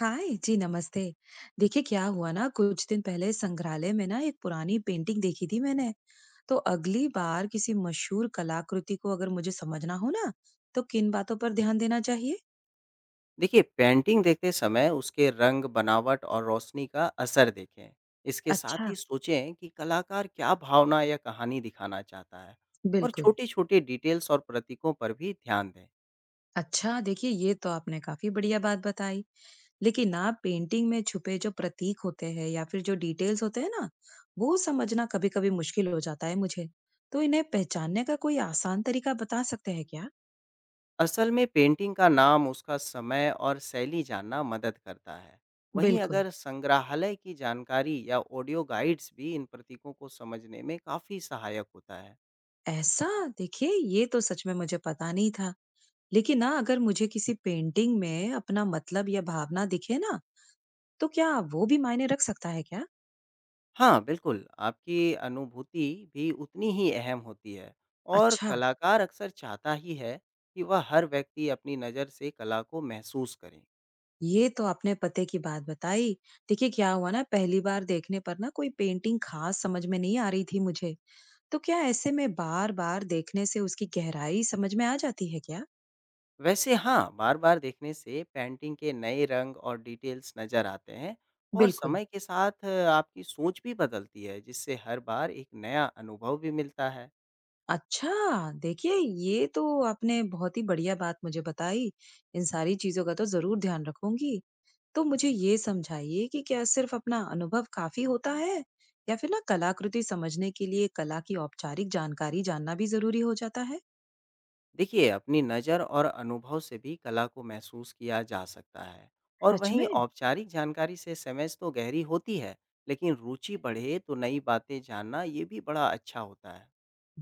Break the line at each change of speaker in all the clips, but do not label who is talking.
हाय जी, नमस्ते। देखिए, क्या हुआ ना, कुछ दिन पहले संग्रहालय में ना एक पुरानी पेंटिंग देखी थी मैंने। तो अगली बार किसी मशहूर कलाकृति को अगर मुझे समझना हो ना, तो किन बातों पर ध्यान देना चाहिए?
देखिए पेंटिंग देखते समय उसके रंग, बनावट और रोशनी का असर देखें। इसके साथ
अच्छा।
ही सोचें कि कलाकार क्या भावना या कहानी दिखाना चाहता है और
बिल्कुल।
छोटी-छोटी डिटेल्स और प्रतीकों पर भी ध्यान दें।
अच्छा, देखिए ये तो आपने काफी बढ़िया बात बताई। लेकिन ना, पेंटिंग में छुपे जो प्रतीक होते हैं या फिर जो डिटेल्स होते हैं ना, वो समझना कभी कभी मुश्किल हो जाता है मुझे। तो इन्हें पहचानने का कोई आसान तरीका बता सकते हैं क्या?
असल में पेंटिंग का नाम, उसका समय और शैली जानना मदद करता है। वहीं
बिल्कुल।
अगर संग्रहालय की जानकारी या ऑडियो गाइड्स भी इन प्रतीकों को समझने में काफ़ी सहायक होता है।
ऐसा! देखिए, ये तो सच में मुझे पता नहीं था। लेकिन ना, अगर मुझे किसी पेंटिंग में अपना मतलब या भावना दिखे ना, तो क्या वो भी मायने रख सकता है क्या?
हाँ, बिल्कुल, आपकी अनुभूति भी उतनी ही अहम होती है और
अच्छा,
कलाकार अक्सर चाहता ही है कि वह हर व्यक्ति अपनी नज़र से कला को महसूस करे।
ये तो आपने पते की बात बताई। देखिए, क्या हुआ ना, पहली बार देखने पर ना कोई पेंटिंग खास समझ में नहीं आ रही थी मुझे। तो क्या ऐसे में बार-बार देखने से उसकी गहराई समझ में आ जाती है क्या?
वैसे हाँ, बार-बार देखने से पेंटिंग के नए रंग और डिटेल्स नज़र आते हैं और
बिल्कुल।
समय के साथ आपकी सोच भी बदलती है, जिससे हर बार एक नया अनुभव भी मिलता है।
अच्छा! देखिए, ये तो आपने बहुत ही बढ़िया बात मुझे बताई। इन सारी चीज़ों का तो ज़रूर ध्यान रखूँगी। तो मुझे ये समझाइए कि क्या सिर्फ अपना अनुभव काफी होता है, या फिर ना कलाकृति समझने के लिए कला की औपचारिक जानकारी जानना भी जरूरी हो जाता है?
देखिए अपनी नज़र और अनुभव से भी कला को महसूस किया जा सकता है और
सच
वहीं
में।
औपचारिक जानकारी से समझ तो गहरी होती है, लेकिन रुचि बढ़े तो नई बातें जानना ये भी बड़ा अच्छा होता है।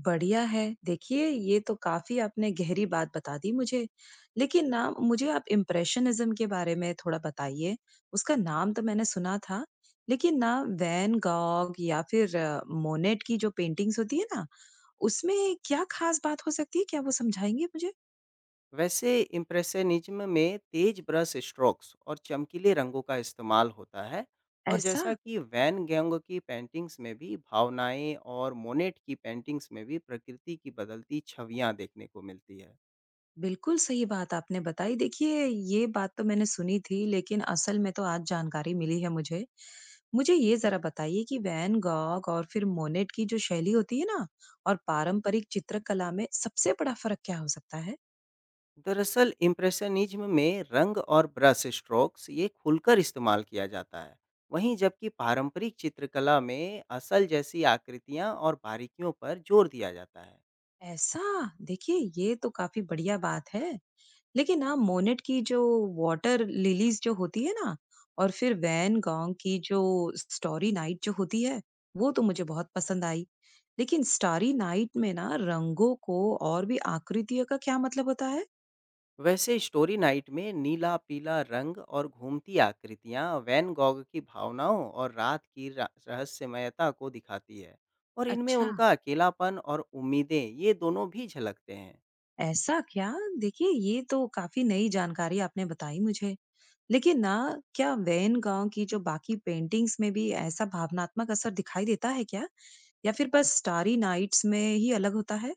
बढ़िया है। देखिए, ये तो काफी आपने गहरी बात बता दी मुझे। लेकिन ना, मुझे आप इम्प्रेशनिज्म के बारे में थोड़ा बताइए। उसका नाम तो मैंने सुना था, लेकिन ना, वैन गॉग या फिर मोनेट की जो पेंटिंग्स होती है ना, उसमें क्या खास बात हो सकती है, क्या वो समझाएंगे मुझे?
वैसे इम्प्रेशनिज्म में तेज ब्रश स्ट्रोक्स और चमकीले रंगों का इस्तेमाल होता है और
ऐसा।
जैसा कि वैन गैंग की पेंटिंग्स में भी भावनाएं और मोनेट की पेंटिंग्स में भी प्रकृति की बदलती छवियां देखने को मिलती है।
बिल्कुल सही बात आपने बताई। देखिए, ये बात तो मैंने सुनी थी, लेकिन असल में तो आज जानकारी मिली है मुझे। मुझे ये ज़रा बताइए कि वैन गॉग और फिर मोनेट की जो शैली होती है ना, और पारंपरिक चित्रकला में सबसे बड़ा फ़र्क क्या हो सकता है?
दरअसल इम्प्रेशनिज्म में रंग और ब्रश स्ट्रोक्स ये खुलकर इस्तेमाल किया जाता है, वहीं जबकि पारंपरिक चित्रकला में असल जैसी आकृतियां और बारीकियों पर जोर दिया जाता है।
ऐसा! देखिए, ये तो काफ़ी बढ़िया बात है। लेकिन ना, मोनेट की जो वाटर लिलीज जो होती है ना, और फिर वैन गॉग की जो स्टोरी नाइट जो होती है, वो तो मुझे बहुत पसंद आई। लेकिन स्टारी नाइट में ना रंगों को और भी आकृतियों का क्या मतलब होता है?
वैसे स्टोरी नाइट में नीला पीला रंग और घूमती आकृतियां वैन गॉग की भावनाओं और रात की रहस्यमयता को दिखाती है और इनमें
अच्छा।
उनका अकेलापन और उम्मीदें ये दोनों भी झलकते हैं।
ऐसा क्या? देखिए, ये तो काफी नई जानकारी आपने बताई मुझे। लेकिन ना, क्या वैन गांव की जो बाकी पेंटिंग्स में भी ऐसा भावनात्मक असर दिखाई देता है क्या, या फिर बस स्टारी नाइट्स में ही अलग होता है?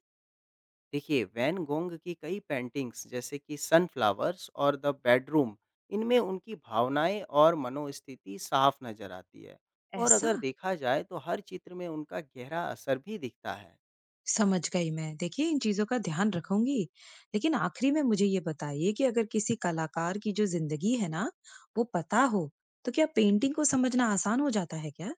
देखिए वैन गोंग की कई पेंटिंग्स जैसे कि सनफ्लावर्स और द बेडरूम, इनमें उनकी भावनाएं और मनोस्थिति साफ नजर आती है और
ऐसा।
अगर देखा जाए तो हर चित्र में उनका गहरा असर भी दिखता है।
समझ गई मैं। देखिए, इन चीज़ों का ध्यान रखूँगी। लेकिन आखिरी में मुझे ये बताइए कि अगर किसी कलाकार की जो ज़िंदगी है ना, वो पता हो, तो क्या पेंटिंग को समझना आसान हो जाता है क्या?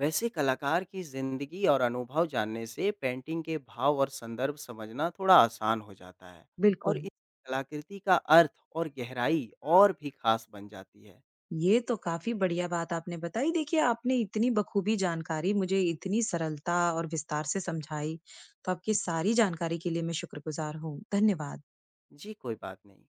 वैसे कलाकार की जिंदगी और अनुभव जानने से पेंटिंग के भाव और संदर्भ समझना थोड़ा आसान हो जाता है और
बिल्कुल।
इस कलाकृति का अर्थ और गहराई और भी खास बन जाती है।
ये तो काफ़ी बढ़िया बात आपने बताई। देखिए, आपने इतनी बखूबी जानकारी मुझे इतनी सरलता और विस्तार से समझाई। तो आपकी सारी जानकारी के लिए मैं शुक्रगुज़ार हूँ। धन्यवाद।
जी कोई बात नहीं।